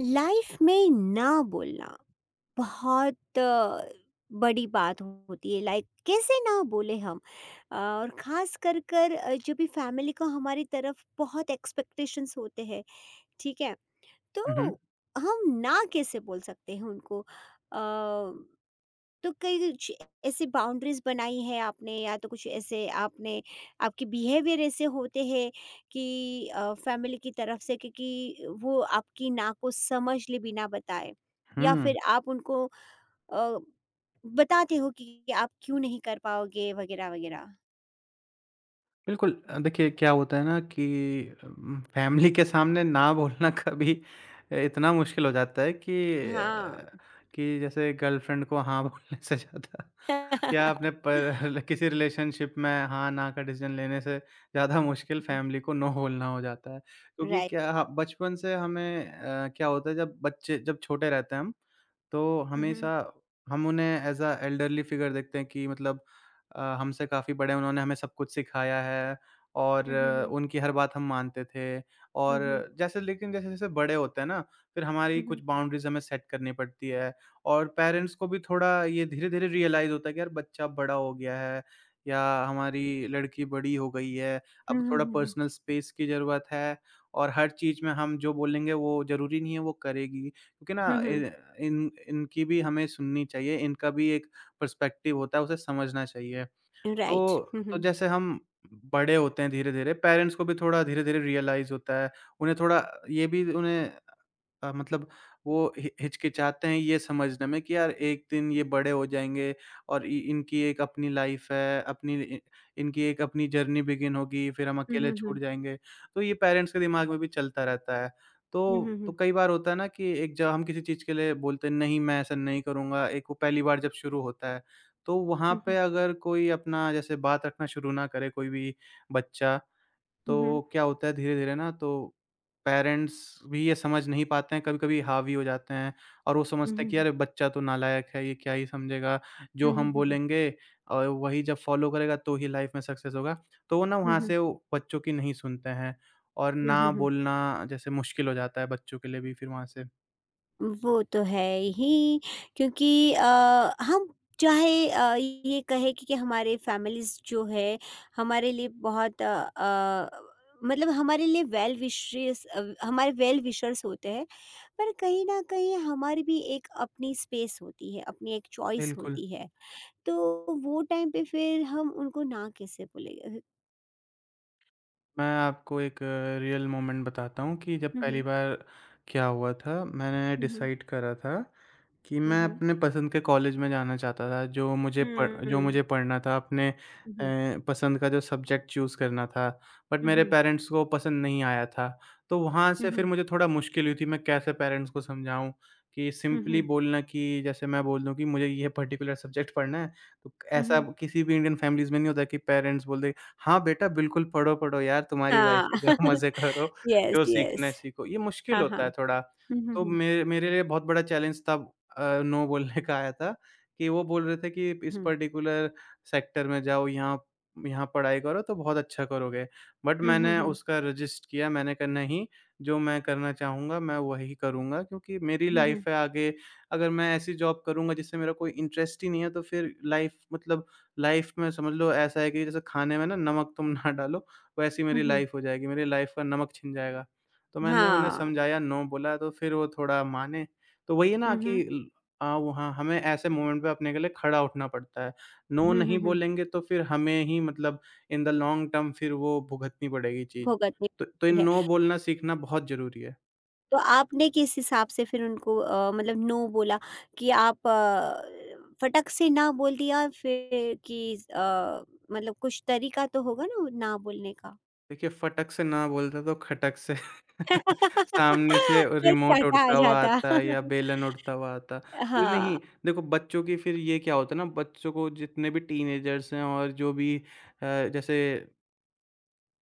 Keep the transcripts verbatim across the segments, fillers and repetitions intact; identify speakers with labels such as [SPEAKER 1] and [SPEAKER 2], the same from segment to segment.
[SPEAKER 1] Life में ना बोलना बहुत अ, बड़ी बात होती है। लाइक कैसे ना बोले हम अ, और ख़ास कर कर अ, जो भी फैमिली को हमारी तरफ बहुत एक्सपेक्टेशंस होते हैं। ठीक है,
[SPEAKER 2] हुँ,
[SPEAKER 1] तो
[SPEAKER 2] हुँ।
[SPEAKER 1] हम ना कैसे बोल सकते हैं उनको? तो कई कुछ ऐसी बाउंड्रीज़ बनाई है आपने, या तो कुछ ऐसे आपने आपके बिहेवियर ऐसे होते हैं कि अ, फैमिली की तरफ से, क्योंकि वो आपकी ना को समझ ले बिना बताए। या
[SPEAKER 2] हुँ,
[SPEAKER 1] फिर आप उनको अ, बताते हो कि कि आप क्यों नहीं कर पाओगे वगैरह वगैरह।
[SPEAKER 2] बिल्कुल अ, देखिए क्या होता है ना कि उम, फैमिली के सामने ना बोलना कभी इतना मुश्किल हो जाता है कि
[SPEAKER 1] हाँ।
[SPEAKER 2] अ, कि जैसे गर्लफ्रेंड को हाँ बोलने से ज़्यादा या अपने पर किसी रिलेशनशिप में हाँ, ना का डिसीज़न लेने से ज़्यादा मुश्किल फैमिली को नो बोलना हो जाता है। क्योंकि
[SPEAKER 1] राइट।
[SPEAKER 2] क्या ह बचपन से हमें अ, क्या होता है, जब बच्चे जब छोटे रहते हैं, हम तो
[SPEAKER 1] हम्म।
[SPEAKER 2] हमेशा हम उन्हें एज़ अ एल्डरली फिगर देखते हैं कि मतलब अ, हमसे काफ़ी बड़े हैं, उन्होंने हमें सब कुछ सिखाया है और
[SPEAKER 1] हम्म।
[SPEAKER 2] अ,
[SPEAKER 1] हम्म।
[SPEAKER 2] उनकी हर बात हम मानते थे। और
[SPEAKER 1] हम्म।
[SPEAKER 2] जैसे लेकिन जैसे-जैसे बड़े होते हैं ना, फिर हमारी कुछ बाउंड्रीज़ हमें सेट करनी पड़ती है और पेरेंट्स को भी थोड़ा ये धीरे-धीरे रियलाइज़ होता है कि यार बच्चा बड़ा हो गया है या हमारी लड़की बड़ी हो गई है, अब
[SPEAKER 1] हम्म।
[SPEAKER 2] थोड़ा
[SPEAKER 1] हम्म।
[SPEAKER 2] पर्सनल स्पेस की ज़रूरत है और हर चीज़ में हम जो बोलेंगे वो ज़रूरी नहीं है वो करेगी। क्योंकि ना
[SPEAKER 1] हम्म।
[SPEAKER 2] इ इन इनकी भी हमें सुननी चाहिए, इनका भी एक पर्सपेक्टिव होता है, उसे समझना चाहिए।
[SPEAKER 1] राइट।
[SPEAKER 2] तो
[SPEAKER 1] हम्म।
[SPEAKER 2] तो
[SPEAKER 1] हम्म।
[SPEAKER 2] जैसे हम बड़े होते हैं धीरे-धीरे, पेरेंट्स को भी थोड़ा धीरे-धीरे रियलाइज़ होता है, उन्हें थोड़ा ये भी उन्हें अ, मतलब वो हि हिचकिचाते हैं ये समझने में कि यार एक दिन ये बड़े हो जाएँगे और इ इनकी एक अपनी लाइफ़ है, अपनी इ इनकी एक अपनी जर्नी बिगिन होगी, फिर हम
[SPEAKER 1] हम्म।
[SPEAKER 2] अकेले
[SPEAKER 1] हम्म।
[SPEAKER 2] छूट जाएँगे। तो ये पेरेंट्स के दिमाग में भी चलता रहता है।
[SPEAKER 1] हम्म। Right. हम्म। हम्म,
[SPEAKER 2] तो
[SPEAKER 1] हम्म, हम्म, हम्म,
[SPEAKER 2] तो
[SPEAKER 1] हम्म,
[SPEAKER 2] कई बार होता है ना कि एक जब हम किसी चीज़ के लिए बोलते हैं, नहीं मैं ऐसा नहीं करूँगा, एक वो पहली बार जब शुरू होता है, तो वहाँ
[SPEAKER 1] हम्म, हम्म,
[SPEAKER 2] पे अगर कोई अपना जैसे बात रखना शुरू ना करे, कोई भी बच्चा,
[SPEAKER 1] हम्म।
[SPEAKER 2] तो क्या होता है धीरे-धीरे ना तो पेरेंट्स भी ये समझ नहीं पाते हैं, कभी-कभी हावी हो जाते हैं और वो
[SPEAKER 1] हुँ,
[SPEAKER 2] समझते हैं
[SPEAKER 1] हुँ,
[SPEAKER 2] कि
[SPEAKER 1] हुँ।
[SPEAKER 2] अरे बच्चा तो नालायक है, ये क्या ही समझेगा,
[SPEAKER 1] हुँ,
[SPEAKER 2] जो
[SPEAKER 1] हुँ,
[SPEAKER 2] हम
[SPEAKER 1] हुँ, हुँ।
[SPEAKER 2] बोलेंगे और वही जब फॉलो करेगा तो ही लाइफ में सक्सेस होगा। तो वो ना
[SPEAKER 1] हुँ,
[SPEAKER 2] वहाँ
[SPEAKER 1] हुँ।
[SPEAKER 2] से वो बच्चों की नहीं सुनते हैं और
[SPEAKER 1] हुँ, हुँ,
[SPEAKER 2] ना
[SPEAKER 1] हुँ।
[SPEAKER 2] बोलना जैसे मुश्किल हो जाता है बच्चों के लिए भी फिर वहाँ से।
[SPEAKER 1] वो तो है ही, क्योंकि अ, हम चाहे अ, ये कहें कि कि हमारे फैमिलीज़ जो है हमारे लिए बहुत अ अ, मतलब हमारे लिए वेल विशेस, अ, हमारे वेल विशर्स होते हैं, पर कहीं न कहीं हमारी भी एक अपनी स्पेस होती है, अपनी एक चॉइस
[SPEAKER 2] बिल्कुल।
[SPEAKER 1] होती है। तो वो टाइम पे फिर हम उनको ना कैसे बोलेंगे?
[SPEAKER 2] मैं आपको एक रियल मोमेंट बताता हूँ कि जब
[SPEAKER 1] हुँ,
[SPEAKER 2] पहली
[SPEAKER 1] हुँ।
[SPEAKER 2] बार क्या हुआ था, मैंने
[SPEAKER 1] हुँ, हुँ।
[SPEAKER 2] डिसाइड करा था कि
[SPEAKER 1] हुँ,
[SPEAKER 2] मैं
[SPEAKER 1] हुँ।
[SPEAKER 2] अपने पसंद के कॉलेज में जाना चाहता था, जो मुझे पढ़ जो
[SPEAKER 1] हुँ।
[SPEAKER 2] मुझे पढ़ना था, अपने
[SPEAKER 1] हुँ,
[SPEAKER 2] अ,
[SPEAKER 1] हुँ।
[SPEAKER 2] पसंद का जो सब्जेक्ट चूज़ करना था, बट
[SPEAKER 1] हुँ,
[SPEAKER 2] मेरे
[SPEAKER 1] हुँ।
[SPEAKER 2] पेरेंट्स को पसंद नहीं आया था। तो वहाँ
[SPEAKER 1] हुँ, हुँ।
[SPEAKER 2] से
[SPEAKER 1] हुँ,
[SPEAKER 2] फिर
[SPEAKER 1] हुँ।
[SPEAKER 2] मुझे थोड़ा मुश्किल हुई थी, मैं कैसे पेरेंट्स को समझाऊँ कि
[SPEAKER 1] हुँ,
[SPEAKER 2] सिंपली
[SPEAKER 1] हुँ।
[SPEAKER 2] बोलना कि जैसे मैं बोल दूँ कि मुझे ये पर्टिकुलर सब्जेक्ट पढ़ना है, तो
[SPEAKER 1] हुँ,
[SPEAKER 2] ऐसा
[SPEAKER 1] हुँ।
[SPEAKER 2] किसी भी इंडियन फैमिलीज़ में नहीं होता कि पेरेंट्स बोल दें, "हाँ, बेटा बिल्कुल पढ़ो, पढ़ो यार तुम्हारी लाइफ
[SPEAKER 1] हाँ।
[SPEAKER 2] है, जाओ मज़े करो,
[SPEAKER 1] येस,
[SPEAKER 2] जो
[SPEAKER 1] येस।
[SPEAKER 2] सीखना है सीखो।" ये मुश्किल
[SPEAKER 1] हाँ, हाँ।
[SPEAKER 2] होता है थोड़ा।
[SPEAKER 1] हुँ, हुँ,
[SPEAKER 2] तो
[SPEAKER 1] हुँ।
[SPEAKER 2] मे मेरे लिए बहुत बड़ा चैलेंज था अ, नो बोलने का आया था कि वो बोल रहे थे कि इस
[SPEAKER 1] हुँ।
[SPEAKER 2] पर्टिकुलर सेक्टर में जाओ, यहाँ यहाँ पढ़ाई करो तो बहुत अच्छा करोगे। बट
[SPEAKER 1] हुँ, हुँ,
[SPEAKER 2] मैंने
[SPEAKER 1] हुँ।
[SPEAKER 2] उसका रजिस्ट किया, मैंने कहा नहीं, जो मैं करना चाहूँगा मैं वही करूँगा क्योंकि मेरी
[SPEAKER 1] हुँ, हुँ।
[SPEAKER 2] लाइफ़ है आगे, अगर मैं ऐसी जॉब करूँगा जिससे मेरा कोई इंटरेस्ट ही नहीं है तो फिर लाइफ़ मतलब लाइफ़ में समझ लो ऐसा है कि जैसे खाने में ना नमक तुम ना डालो, वैसी
[SPEAKER 1] हुँ,
[SPEAKER 2] मेरी
[SPEAKER 1] हुँ।
[SPEAKER 2] लाइफ़ हो जाएगी, मेरी लाइफ़ का नमक छिन जाएगा। तो मैंने उन्हें
[SPEAKER 1] हाँ।
[SPEAKER 2] समझाया, नो बोला तो फिर वो थोड़ा माने। तो वही है
[SPEAKER 1] हुँ,
[SPEAKER 2] ना कि
[SPEAKER 1] हुँ।
[SPEAKER 2] हाँ, वो हाँ, हमें ऐसे मोमेंट पे अपने के लिए खड़ा उठना पड़ता है। नो
[SPEAKER 1] हुँ, हुँ,
[SPEAKER 2] नहीं
[SPEAKER 1] हुँ।
[SPEAKER 2] बोलेंगे तो फिर हमें ही मतलब इन द लॉन्ग टर्म फिर वो भुगतनी पड़ेगी चीज़।
[SPEAKER 1] भुगतनी
[SPEAKER 2] तो तो ये
[SPEAKER 1] पड़ती है।
[SPEAKER 2] नो बोलना सीखना बहुत ज़रूरी है।
[SPEAKER 1] तो आपने किस हिसाब से फिर उनको अ, मतलब नो बोला कि आप अ, फटक से ना बोल दिया फिर कि अ, मतलब कुछ तरीका तो होगा ना, वो ना बोलने का?
[SPEAKER 2] देखिए, फटक से ना बोलते तो खटक से सामने से
[SPEAKER 1] फिर
[SPEAKER 2] रिमोट
[SPEAKER 1] चाटा आ
[SPEAKER 2] उड़ता हुआ
[SPEAKER 1] जाता।
[SPEAKER 2] आता है या बेलन उड़ता हुआ आता। तो
[SPEAKER 1] हाँ।
[SPEAKER 2] नहीं, देखो बच्चों की फिर ये क्या होता है ना, बच्चों को जितने भी टीनेजर्स हैं और जो भी अ, जैसे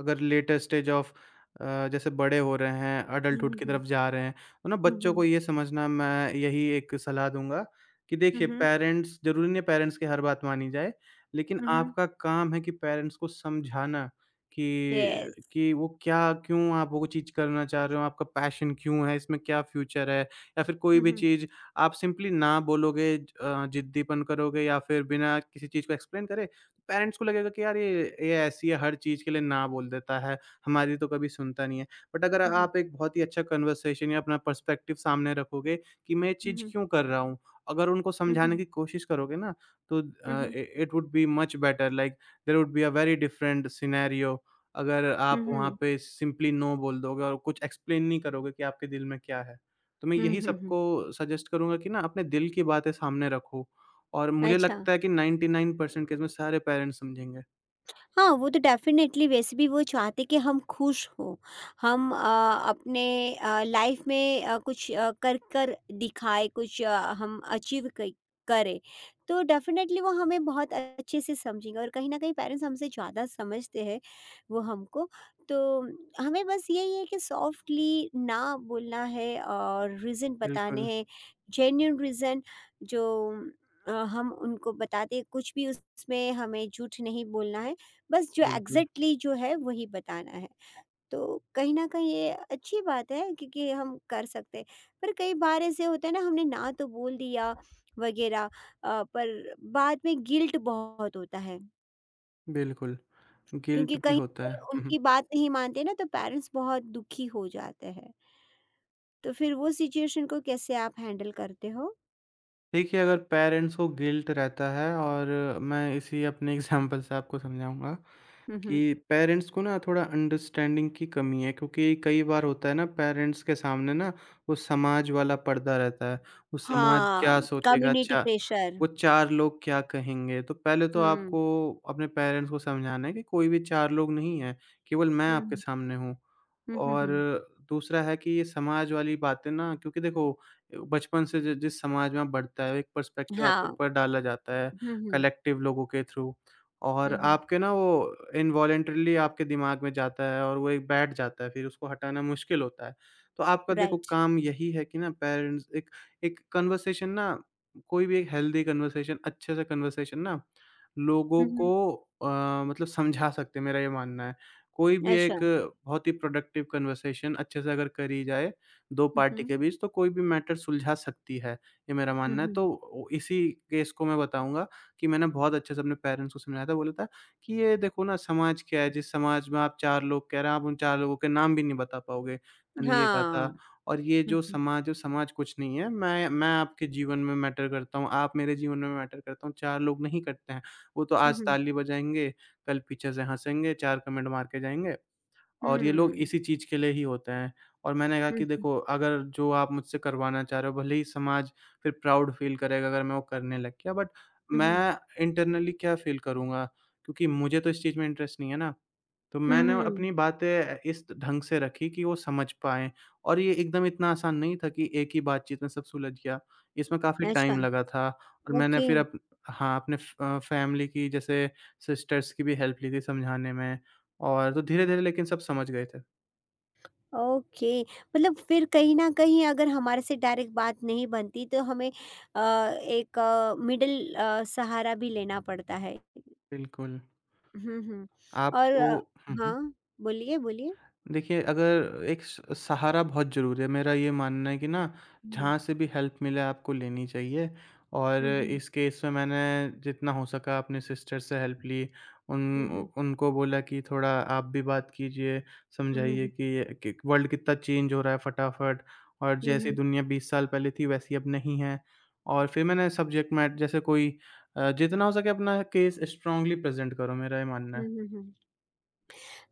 [SPEAKER 2] अगर लेटर स्टेज ऑफ अ, जैसे बड़े हो रहे हैं,
[SPEAKER 1] हुँ,
[SPEAKER 2] अडल्टहुड
[SPEAKER 1] हुँ,
[SPEAKER 2] की
[SPEAKER 1] हुँ।
[SPEAKER 2] तरफ जा रहे हैं, तो ना
[SPEAKER 1] हुँ,
[SPEAKER 2] बच्चों
[SPEAKER 1] हुँ।
[SPEAKER 2] को ये समझना मैं यही एक सलाह दूँगा कि
[SPEAKER 1] हुँ,
[SPEAKER 2] देखिए,
[SPEAKER 1] हुँ।
[SPEAKER 2] पेरेंट्स ज़रूरी नहीं है पेरेंट्स की हर बात मानी जाए, लेकिन
[SPEAKER 1] हुँ, हुँ।
[SPEAKER 2] आपका काम है कि पेरेंट्स को समझाना कि
[SPEAKER 1] येस।
[SPEAKER 2] कि वो क्या क्यों आप वो चीज़ करना चाह रहे हो, आपका पैशन क्यों है, इसमें क्या फ्यूचर है? या फिर कोई
[SPEAKER 1] हुँ,
[SPEAKER 2] भी
[SPEAKER 1] हुँ।
[SPEAKER 2] चीज़ आप सिंपली ना बोलोगे, ज- अ, ज़िद्दीपन करोगे या फिर बिना किसी चीज़ को एक्सप्लेन करे पेरेंट्स को लगेगा कि यार ये ये ऐसी है, हर चीज़ के लिए ना बोल देता है, हमारी तो कभी सुनता नहीं है। बट अगर
[SPEAKER 1] हुँ, हुँ।
[SPEAKER 2] आप एक बहुत ही अच्छा कन्वर्सेशन या अपना पर्सपेक्टिव सामने रखोगे कि मैं ये
[SPEAKER 1] हुँ,
[SPEAKER 2] चीज़
[SPEAKER 1] हुँ।
[SPEAKER 2] क्यों कर रहा हूँ, अगर उनको
[SPEAKER 1] हुँ,
[SPEAKER 2] समझाने
[SPEAKER 1] हुँ।
[SPEAKER 2] की कोशिश करोगे ना तो
[SPEAKER 1] हुँ,
[SPEAKER 2] अ,
[SPEAKER 1] हुँ।
[SPEAKER 2] इ it would be much better, like there would be a very different scenario, अगर
[SPEAKER 1] हुँ,
[SPEAKER 2] आप वहाँ
[SPEAKER 1] हुँ।
[SPEAKER 2] पे सिंपली नो बोल दोगे और कुछ एक्सप्लेन नहीं करोगे कि आपके दिल में क्या है। तो मैं
[SPEAKER 1] हुँ,
[SPEAKER 2] यही
[SPEAKER 1] हुँ, हुँ।
[SPEAKER 2] सबको सजेस्ट करूँगा कि ना अपने दिल की बातें सामने रखो। और मुझे
[SPEAKER 1] अच्छा।
[SPEAKER 2] लगता है कि नाइंटी नाइन परसेंट केस में सारे पेरेंट्स समझेंगे।
[SPEAKER 1] हाँ, वो तो डेफ़िनेटली, वैसे भी वो चाहते कि हम खुश हों, हम अ, अपने अ, लाइफ़ में अ, कुछ अ, कर कर दिखाएँ, कुछ अ, हम अचीव क करें। तो डेफ़िनेटली वो हमें बहुत अच्छे से समझेंगे, और कहीं न कहीं पेरेंट्स हमसे ज़्यादा समझते हैं वो हमको। तो हमें बस यही है कि सॉफ्टली ना बोलना है और रीज़न बताने
[SPEAKER 2] बिल्कुल,
[SPEAKER 1] हैं, जेन्युइन रीज़न जो अ, हम उनको बताते हैं, कुछ भी उसमें हमें झूठ नहीं बोलना है। बस जो
[SPEAKER 2] बिल्कुल,
[SPEAKER 1] एग्जैक्टली जो है वही बताना है। तो कहीं न कहीं ये अच्छी बात है, क्योंकि हम कर सकते हैं। पर कई बार ऐसे होता है ना, हमने ना तो बोल दिया वग़ैरह, अ, पर बाद में गिल्ट बहुत होता है,
[SPEAKER 2] बिल्कुल।
[SPEAKER 1] क्योंकि
[SPEAKER 2] गिल्ट भी
[SPEAKER 1] कहीं न
[SPEAKER 2] होता
[SPEAKER 1] कहीं
[SPEAKER 2] है। हुँ, हुँ।
[SPEAKER 1] उनकी बात नहीं मानते ना, तो पेरेंट्स बहुत दुखी हो जाते हैं। तो फिर वो सिचुएशन को कैसे आप हैंडल करते हो?
[SPEAKER 2] देखिए, अगर पेरेंट्स को गिल्ट रहता है और मैं इसी अपने एग्ज़ाम्पल से आपको समझाऊँगा
[SPEAKER 1] हुँ, हुँ।
[SPEAKER 2] कि पेरेंट्स को ना थोड़ा अंडरस्टैंडिंग की कमी है, क्योंकि कई बार होता है ना पेरेंट्स के सामने ना वो समाज वाला पर्दा रहता है। वो समाज
[SPEAKER 1] हाँ,
[SPEAKER 2] क्या सोचेगा?
[SPEAKER 1] कम्युनिटी
[SPEAKER 2] अच्छा,
[SPEAKER 1] प्रेशर।
[SPEAKER 2] वो चार लोग क्या कहेंगे? तो पहले तो
[SPEAKER 1] हुँ,
[SPEAKER 2] आपको अपने पेरेंट्स को समझाना है कि कोई भी चार लोग नहीं है, केवल मैं
[SPEAKER 1] हुँ,
[SPEAKER 2] आपके
[SPEAKER 1] हुँ,
[SPEAKER 2] सामने हूँ।
[SPEAKER 1] हुँ, हुँ,
[SPEAKER 2] और
[SPEAKER 1] हुँ।
[SPEAKER 2] दूसरा है कि ये समाज वाली बातें ना, क्योंकि देखो बचपन से जि जिस समाज में आप बढ़ता है, एक पर्सपेक्टिव आपके
[SPEAKER 1] हाँ,
[SPEAKER 2] ऊपर डाला जाता है
[SPEAKER 1] हुँ, हुँ,
[SPEAKER 2] कलेक्टिव लोगों के थ्रू, और
[SPEAKER 1] हुँ, हुँ,
[SPEAKER 2] आपके ना वो इनवॉलंटरीली आपके दिमाग में जाता है और वो एक बैठ जाता है, फिर उसको हटाना मुश्किल होता है। तो आपका देखो
[SPEAKER 1] राइट।
[SPEAKER 2] काम यही है कि ना पेरेंट्स एक एक कन्वर्सेशन ना, कोई भी एक हेल्दी कन्वर्सेशन, अच्छे से कन्वर्सेशन ना लोगों
[SPEAKER 1] हुँ, हुँ,
[SPEAKER 2] को अ, मतलब समझा सकते हैं, मेरा ये मानना है। कोई भी
[SPEAKER 1] अच्छा।
[SPEAKER 2] एक बहुत ही प्रोडक्टिव कन्वर्सेशन अच्छे से अगर करी जाए दो
[SPEAKER 1] हुँ,
[SPEAKER 2] पार्टी
[SPEAKER 1] हुँ।
[SPEAKER 2] के बीच तो कोई भी मैटर सुलझा सकती है, ये मेरा
[SPEAKER 1] हुँ,
[SPEAKER 2] मानना है।
[SPEAKER 1] हुँ।
[SPEAKER 2] तो ओ इसी केस को मैं बताऊँगा कि मैंने बहुत अच्छे से अपने पेरेंट्स को समझाया था, बोला था कि ये देखो ना समाज क्या है, जिस समाज में आप चार लोग कह रहे हैं, आप उन चार लोगों के नाम भी नहीं बता पाओगे। मैंने ये कहा
[SPEAKER 1] हाँ।
[SPEAKER 2] था। और ये
[SPEAKER 1] हुँ,
[SPEAKER 2] जो
[SPEAKER 1] हुँ।
[SPEAKER 2] समाज जो समाज कुछ नहीं है। मैं मैं आपके जीवन में मैटर करता हूँ, आप मेरे जीवन में मैटर करता हूँ, चार लोग नहीं करते हैं। वो तो
[SPEAKER 1] हुँ,
[SPEAKER 2] आज
[SPEAKER 1] हुँ।
[SPEAKER 2] ताली बजाएँगे, कल पीछे से हँसेंगे, चार कमेंट मार के जाएँगे और ये लोग
[SPEAKER 1] हुँ।
[SPEAKER 2] इसी चीज़ के लिए ही होते हैं। और मैंने कहा
[SPEAKER 1] हुँ,
[SPEAKER 2] कि
[SPEAKER 1] हुँ।
[SPEAKER 2] देखो अगर जो आप मुझसे करवाना चाह रहे हो, भले ही समाज फिर प्राउड फ़ील करेगा अगर मैं वो करने लग गया, बट
[SPEAKER 1] हुँ, हुँ।
[SPEAKER 2] मैं इंटरनली क्या फ़ील करूँगा? क्योंकि मुझे तो इस चीज़ में इंटरेस्ट नहीं है ना। तो
[SPEAKER 1] हुँ,
[SPEAKER 2] मैंने
[SPEAKER 1] हुँ।
[SPEAKER 2] अपनी बातें इस ढंग से रखी कि वो समझ पाएँ, और ये एकदम इतना आसान नहीं था कि एक ही बातचीत में सब सुलझ गया। इसमें काफ़ी
[SPEAKER 1] अच्छा,
[SPEAKER 2] टाइम लगा था, और मैंने
[SPEAKER 1] ओके,
[SPEAKER 2] फिर अप हाँ, अपने अ, फैमिली की जैसे सिस्टर्स की भी हेल्प ली थी समझाने में, और तो धीरे-धीरे लेकिन सब समझ गए थे।
[SPEAKER 1] ओके। मतलब फिर कहीं न कहीं अगर हमारे से डायरेक्ट बात नहीं बनती तो हमें अ, एक अ, मिडल अ, सहारा भी लेना पड़ता है।
[SPEAKER 2] बिल्कुल,
[SPEAKER 1] हुँ, हुँ। और
[SPEAKER 2] आपको
[SPEAKER 1] अ,
[SPEAKER 2] हुँ, हुँ।
[SPEAKER 1] हाँ, बोलिए, बोलिए।
[SPEAKER 2] देखिए, अगर एक स सहारा बहुत ज़रूरी है। मेरा ये मानना है कि ना,
[SPEAKER 1] हुँ,
[SPEAKER 2] जहाँ से भी हेल्प मिले आपको लेनी चाहिए, और
[SPEAKER 1] हुँ, हुँ,
[SPEAKER 2] इस केस में मैंने जितना हो सका अपने सिस्टर से हेल्प ली। उन
[SPEAKER 1] हुँ,
[SPEAKER 2] उ
[SPEAKER 1] हुँ,
[SPEAKER 2] उनको बोला कि थोड़ा आप भी बात कीजिए,
[SPEAKER 1] हुँ, हुँ,
[SPEAKER 2] समझाइए
[SPEAKER 1] हुँ,
[SPEAKER 2] कि कि वर्ल्ड कितना चेंज हो रहा है फटाफट, और जैसी
[SPEAKER 1] हुँ,
[SPEAKER 2] दुनिया बीस साल पहले थी वैसी अब नहीं है। और फिर मैंने सब्जेक्ट मैट जैसे कोई अ, जितना हो सके अपना केस स्ट्रॉन्गली प्रेज़ेंट करो, मेरा ये मानना
[SPEAKER 1] हुँ,
[SPEAKER 2] है।
[SPEAKER 1] हुँ, हुँ।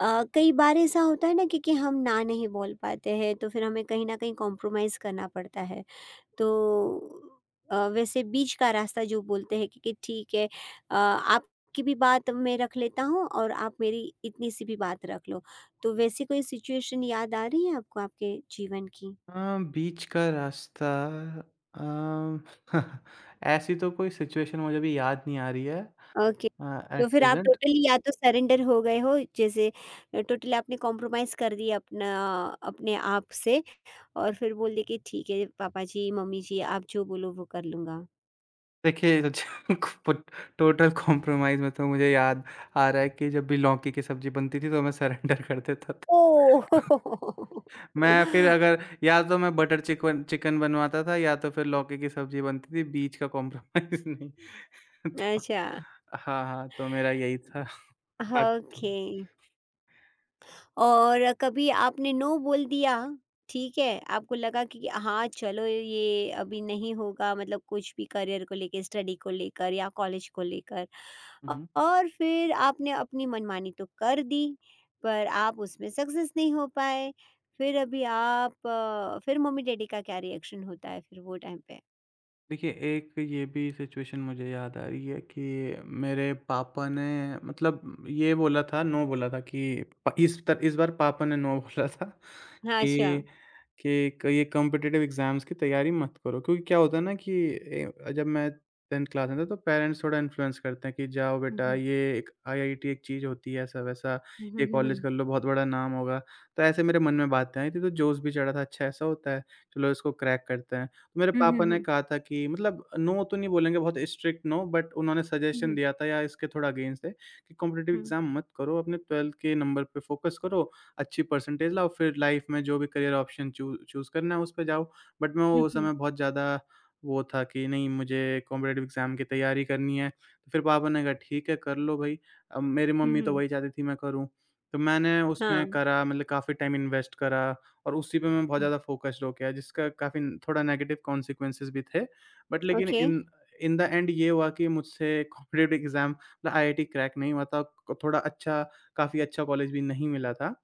[SPEAKER 1] अ, कई बार ऐसा होता है ना कि कि हम ना नहीं बोल पाते हैं, तो फिर हमें कहीं न कहीं कॉम्प्रोमाइज़ करना पड़ता है। तो अ, वैसे बीच का रास्ता जो बोलते हैं कि कि ठीक है अ, आपकी भी बात मैं रख लेता हूँ और आप मेरी इतनी सी भी बात रख लो। तो वैसी कोई सिचुएशन याद आ रही है आपको आपके जीवन की?
[SPEAKER 2] हाँ, बीच का रास्ता अम, ऐसी तो कोई सिचुएशन मुझे अभी याद नहीं आ रही है
[SPEAKER 1] ओके। तो
[SPEAKER 2] एट
[SPEAKER 1] फिर आप
[SPEAKER 2] प्रेजेंट।
[SPEAKER 1] टोटली या तो सरेंडर हो गए हो, जैसे अ, टोटली आपने कॉम्प्रोमाइज़ कर दिया अपना अपने आप से और फिर बोल दिया कि ठीक है पापा जी, मम्मी जी, आप जो बोलो वो कर लूँगा।
[SPEAKER 2] देखिए, टोटल कॉम्प्रोमाइज़ में तो मुझे याद आ रहा है कि जब भी लौकी की सब्जी बनती थी तो मैं सरेंडर कर देता था।
[SPEAKER 1] ओह!
[SPEAKER 2] मैं फिर अगर या तो मैं बटर चिकन चिकन बनवाता था या तो फिर लौकी की सब्जी बनती थी, बीच का कॉम्प्रोमाइज़ नहीं। तो
[SPEAKER 1] अच्छा,
[SPEAKER 2] हाँ, हाँ, तो मेरा यही था। बाकी तो
[SPEAKER 1] ओके। और कभी आपने नो बोल दिया, ठीक है, आपको लगा कि हाँ, चलो ये अभी नहीं होगा, मतलब कुछ भी करियर को लेके, स्टडी को लेकर या कॉलेज को लेकर,
[SPEAKER 2] हुँ,
[SPEAKER 1] अ,
[SPEAKER 2] हुँ।
[SPEAKER 1] और फिर आपने अपनी मनमानी तो कर दी, पर आप उसमें सक्सेस नहीं हो पाए, फिर अभी आप अ, फिर मम्मी-डैडी का क्या रिएक्शन होता है फिर वो टाइम पे?
[SPEAKER 2] देखिए, एक ये भी सिचुएशन मुझे याद आ रही है कि मेरे पापा ने मतलब ये बोला था, नो बोला था कि प इस त इस बार पापा ने नो बोला था
[SPEAKER 1] हाँ, अच्छा।
[SPEAKER 2] कि कि क ये कॉम्पिटिटिव एग्ज़ाम्स की तैयारी मत करो। क्योंकि क्या होता है ना कि ए, जब मैं टेंथ क्लास में था तो पेरेंट्स थोड़ा इन्फ्लुएंस करते हैं कि जाओ
[SPEAKER 1] हुँ,
[SPEAKER 2] बेटा
[SPEAKER 1] हुँ।
[SPEAKER 2] ये एक आईआईटी एक चीज़ होती है ऐसा-वैसा,
[SPEAKER 1] हुँ, हुँ,
[SPEAKER 2] ये
[SPEAKER 1] हुँ,
[SPEAKER 2] कॉलेज
[SPEAKER 1] हुँ।
[SPEAKER 2] कर लो बहुत बड़ा नाम होगा। तो ऐसे मेरे मन में बातें आई थी तो जोश भी चढ़ा था, अच्छा ऐसा होता है, चलो इसको क्रैक करते हैं। तो मेरे
[SPEAKER 1] हुँ, हुँ,
[SPEAKER 2] पापा ने
[SPEAKER 1] हुँ।
[SPEAKER 2] कहा था कि मतलब नो तो नहीं बोलेंगे बहुत स्ट्रिक्ट नो, बट उन्होंने
[SPEAKER 1] हुँ,
[SPEAKER 2] सजेशन
[SPEAKER 1] हुँ,
[SPEAKER 2] दिया था या इसके थोड़ा अगेंस्ट है कि कॉम्पिटिटिव
[SPEAKER 1] हुँ।
[SPEAKER 2] एग्जाम मत करो, अपने ट्वेल्थ के नंबर पे फोकस करो, अच्छी परसेंटेज लाओ, फिर लाइफ में जो भी करियर ऑप्शन चूज करना है उस पर जाओ। बट मैं
[SPEAKER 1] हुँ,
[SPEAKER 2] वो उस
[SPEAKER 1] हुँ।
[SPEAKER 2] समय बहुत ज़्यादा वो था कि नहीं, मुझे कॉम्पिटेटिव एग्जाम की तैयारी करनी है। तो फिर पापा ने कहा ठीक है कर लो भाई। अब मेरी
[SPEAKER 1] हुँ,
[SPEAKER 2] मम्मी तो
[SPEAKER 1] हुँ।
[SPEAKER 2] वही चाहती थी मैं करूँ, तो मैंने
[SPEAKER 1] हाँ,
[SPEAKER 2] उसमें करा, मतलब काफ़ी टाइम इन्वेस्ट करा और उसी पे मैं बहुत
[SPEAKER 1] हुँ।
[SPEAKER 2] ज़्यादा फ़ोकस्ड हो गया, जिसका काफ़ी थोड़ा नेगेटिव कॉन्सिक्वेंसेज़ भी थे। बट लेकिन
[SPEAKER 1] okay,
[SPEAKER 2] in in the end ये हुआ कि मुझसे कॉम्पिटिटिव एग्ज़ाम मतलब आईआईटी क्रैक नहीं हुआ था, को- थोड़ा अच्छा काफ़ी अच्छा कॉलेज भी नहीं मिला था।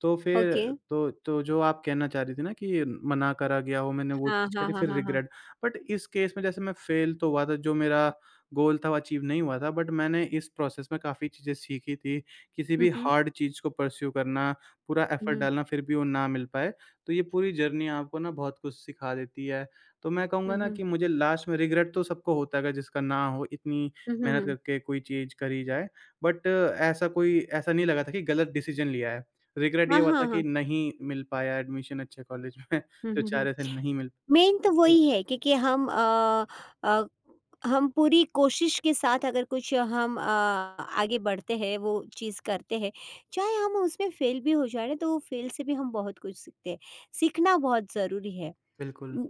[SPEAKER 2] तो फिर
[SPEAKER 1] ओके।
[SPEAKER 2] तो तो जो आप कहना चाह रही थी ना कि मना करा गया हो, मैंने वो
[SPEAKER 1] हाँ,
[SPEAKER 2] चीज़
[SPEAKER 1] हाँ,
[SPEAKER 2] करी,
[SPEAKER 1] हाँ,
[SPEAKER 2] फिर
[SPEAKER 1] हाँ, हाँ।
[SPEAKER 2] रिग्रेट। बट इस केस में जैसे मैं फेल तो हुआ था, जो मेरा गोल था वो अचीव नहीं हुआ था, बट मैंने इस प्रोसेस में काफ़ी चीज़ें सीखी थी। किसी
[SPEAKER 1] हुँ,
[SPEAKER 2] भी
[SPEAKER 1] हुँ।
[SPEAKER 2] हार्ड चीज़ को पर्स्यू करना, पूरा एफर्ट
[SPEAKER 1] हुँ,
[SPEAKER 2] डालना फिर भी वो ना मिल पाए, तो ये पूरी जर्नी आपको ना बहुत कुछ सिखा देती है। तो मैं
[SPEAKER 1] हुँ,
[SPEAKER 2] कहूँगा ना
[SPEAKER 1] हुँ।
[SPEAKER 2] कि मुझे लास्ट में, रिग्रेट तो सबको होता है अगर जिसका ना हो, इतनी
[SPEAKER 1] हुँ, हुँ,
[SPEAKER 2] मेहनत
[SPEAKER 1] हुँ।
[SPEAKER 2] करके कोई चीज़ करी जाए, बट ऐसा कोई, ऐसा नहीं लगा था कि गलत डिसीज़न लिया है। रिग्रेट ये
[SPEAKER 1] हाँ,
[SPEAKER 2] हुआ
[SPEAKER 1] हाँ,
[SPEAKER 2] था
[SPEAKER 1] हाँ।
[SPEAKER 2] कि नहीं मिल पाया एडमिशन अच्छे कॉलेज में
[SPEAKER 1] हुँ,
[SPEAKER 2] जो
[SPEAKER 1] हुँ,
[SPEAKER 2] चाह
[SPEAKER 1] हुँ।
[SPEAKER 2] रहे थे नहीं मिल
[SPEAKER 1] मेन तो
[SPEAKER 2] पाया।
[SPEAKER 1] वही है, क्योंकि हम अ अ, हम पूरी कोशिश के साथ अगर कुछ हम अ, आगे बढ़ते हैं, वो चीज़ करते हैं, चाहे हम उसमें फेल भी हो जा रहे हैं, तो फेल से भी हम बहुत कुछ सीखते हैं। सीखना बहुत ज़रूरी है।
[SPEAKER 2] बिल्कुल,
[SPEAKER 1] उम,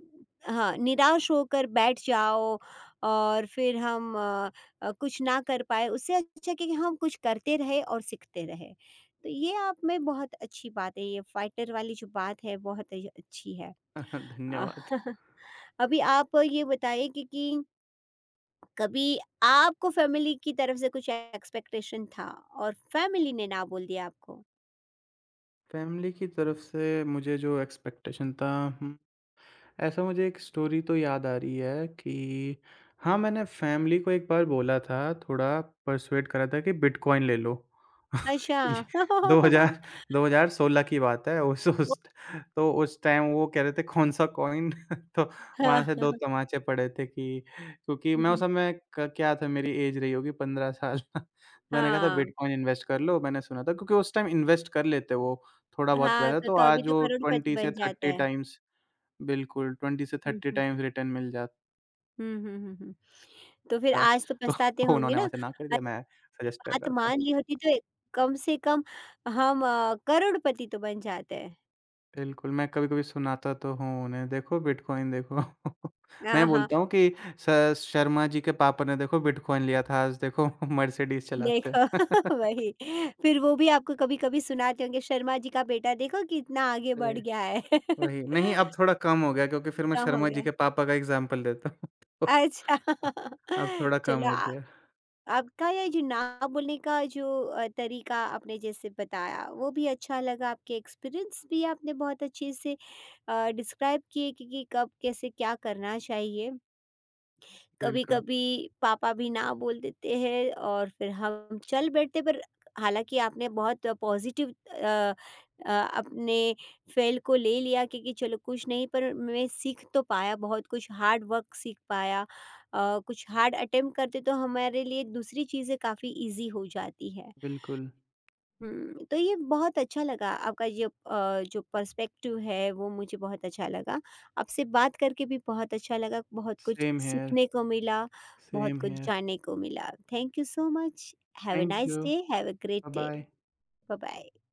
[SPEAKER 1] हाँ, निराश होकर बैठ जाओ और फिर हम अ अ, कुछ ना कर पाए, उससे अच्छा कि हम कुछ करते रहें और सीखते रहें। तो ये आप में बहुत अच्छी बात है, ये फाइटर वाली जो बात है बहुत ही अच्छी है। अ,
[SPEAKER 2] धन्यवाद।
[SPEAKER 1] अभी आप ये बताइए कि कि कभी आपको फैमिली की तरफ से कुछ एक्सपेक्टेशन था और फैमिली ने ना बोल दिया आपको?
[SPEAKER 2] फैमिली की तरफ से मुझे जो एक्सपेक्टेशन था, ऐसा मुझे एक स्टोरी तो याद आ रही है कि हाँ, मैंने फैमिली को एक बार बोला था, थोड़ा पर्सुएड करा था कि बिटकॉइन ले लो।
[SPEAKER 1] अच्छा।
[SPEAKER 2] ये 2000 दो हज़ार सोलह की बात है। उस
[SPEAKER 1] वो।
[SPEAKER 2] उस तो उस टाइम वो कह रहे थे कौन-सा कॉइन। तो वहाँ
[SPEAKER 1] हाँ,
[SPEAKER 2] से दो तमाचे पड़े थे कि, क्योंकि
[SPEAKER 1] हुँ,
[SPEAKER 2] मैं
[SPEAKER 1] हुँ।
[SPEAKER 2] उस समय क क्या था, मेरी एज रही होगी पंद्रह साल। मैंने कहा था
[SPEAKER 1] हाँ,
[SPEAKER 2] बिटकॉइन इन्वेस्ट कर लो, मैंने सुना था, क्योंकि उस टाइम इन्वेस्ट कर लेते वो थोड़ा बहुत
[SPEAKER 1] हाँ,
[SPEAKER 2] पैसा,
[SPEAKER 1] तो
[SPEAKER 2] तो
[SPEAKER 1] तो अभी
[SPEAKER 2] आज
[SPEAKER 1] तो
[SPEAKER 2] वो
[SPEAKER 1] करोड़पति
[SPEAKER 2] ट्वेंटी से
[SPEAKER 1] बन जाता
[SPEAKER 2] थर्टी
[SPEAKER 1] है।
[SPEAKER 2] टाइम्स। बिल्कुल, ट्वेंटी से
[SPEAKER 1] हुँ,
[SPEAKER 2] थर्टी
[SPEAKER 1] हुँ।
[SPEAKER 2] टाइम्स रिटर्न मिल जाता,
[SPEAKER 1] हुँ, हुँ, हुँ, हुँ। तो फिर आज तो
[SPEAKER 2] तो
[SPEAKER 1] पछताते होंगे
[SPEAKER 2] उन्होंने
[SPEAKER 1] ना?
[SPEAKER 2] वहाँ से ना कर दिया,
[SPEAKER 1] अरे!
[SPEAKER 2] मैं
[SPEAKER 1] ये
[SPEAKER 2] सजेस्ट कर
[SPEAKER 1] बात
[SPEAKER 2] रहा था।
[SPEAKER 1] मान ली होती तो कम से कम हम अ, करोड़पति तो बन जाते हैं।
[SPEAKER 2] बिल्कुल, मैं कभी-कभी सुनाता तो हूँ उन्हें, "देखो बिटकॉइन देखो।"
[SPEAKER 1] हाँ,
[SPEAKER 2] मैं
[SPEAKER 1] हाँ,
[SPEAKER 2] बोलता हूँ कि स शर्मा जी के पापा ने देखो बिटकॉइन लिया था, आज देखो मर्सिडीज़ चलाते
[SPEAKER 1] देखो
[SPEAKER 2] हैं।
[SPEAKER 1] वही। फिर वो भी आपको कभी-कभी सुनाते होंगे, "शर्मा जी का बेटा देखो कितना आगे बढ़
[SPEAKER 2] जी,
[SPEAKER 1] गया है।"
[SPEAKER 2] वही। नहीं, अब थोड़ा कम हो गया, क्योंकि फिर मैं
[SPEAKER 1] इतना हो
[SPEAKER 2] शर्मा
[SPEAKER 1] गया
[SPEAKER 2] जी
[SPEAKER 1] है।
[SPEAKER 2] के पापा का एग्ज़ाम्पल देता हूँ। तो
[SPEAKER 1] अच्छा।
[SPEAKER 2] अब थोड़ा कम
[SPEAKER 1] चलो
[SPEAKER 2] हो
[SPEAKER 1] आ
[SPEAKER 2] गया।
[SPEAKER 1] आपका ये जो ना बोलने का जो अ, तरीका आपने जैसे बताया वो भी अच्छा लगा, आपके एक्सपीरियंस भी आपने बहुत अच्छे से डिस्क्राइब किए कि, कि कब कैसे क्या करना चाहिए।
[SPEAKER 2] बिल्कुल,
[SPEAKER 1] कभी-कभी पापा भी ना बोल देते हैं और फिर हम चल बैठते, पर हालाँकि आपने बहुत पॉज़िटिव अ अ, अपने फ़ेल को ले लिया, क्योंकि चलो कुछ नहीं पर मैं सीख तो पाया बहुत कुछ, हार्ड वर्क सीख पाया। अ, कुछ हार्ड अटेम्प्ट करते तो हमारे लिए दूसरी चीज़ें काफ़ी ईज़ी हो जाती है।
[SPEAKER 2] बिल्कुल।
[SPEAKER 1] हुँ, तो ये बहुत अच्छा लगा आपका ये अ, जो पर्सपेक्टिव है वो मुझे बहुत अच्छा लगा। आपसे बात करके भी बहुत अच्छा लगा, बहुत कुछ
[SPEAKER 2] सेम हियर,
[SPEAKER 1] सीखने को मिला, बहुत
[SPEAKER 2] सेम
[SPEAKER 1] कुछ
[SPEAKER 2] हियर।
[SPEAKER 1] जानने को मिला। Thank you so much. Have a
[SPEAKER 2] thank
[SPEAKER 1] nice
[SPEAKER 2] you.
[SPEAKER 1] Day, have a great day.
[SPEAKER 2] Bye bye.
[SPEAKER 1] Bye bye.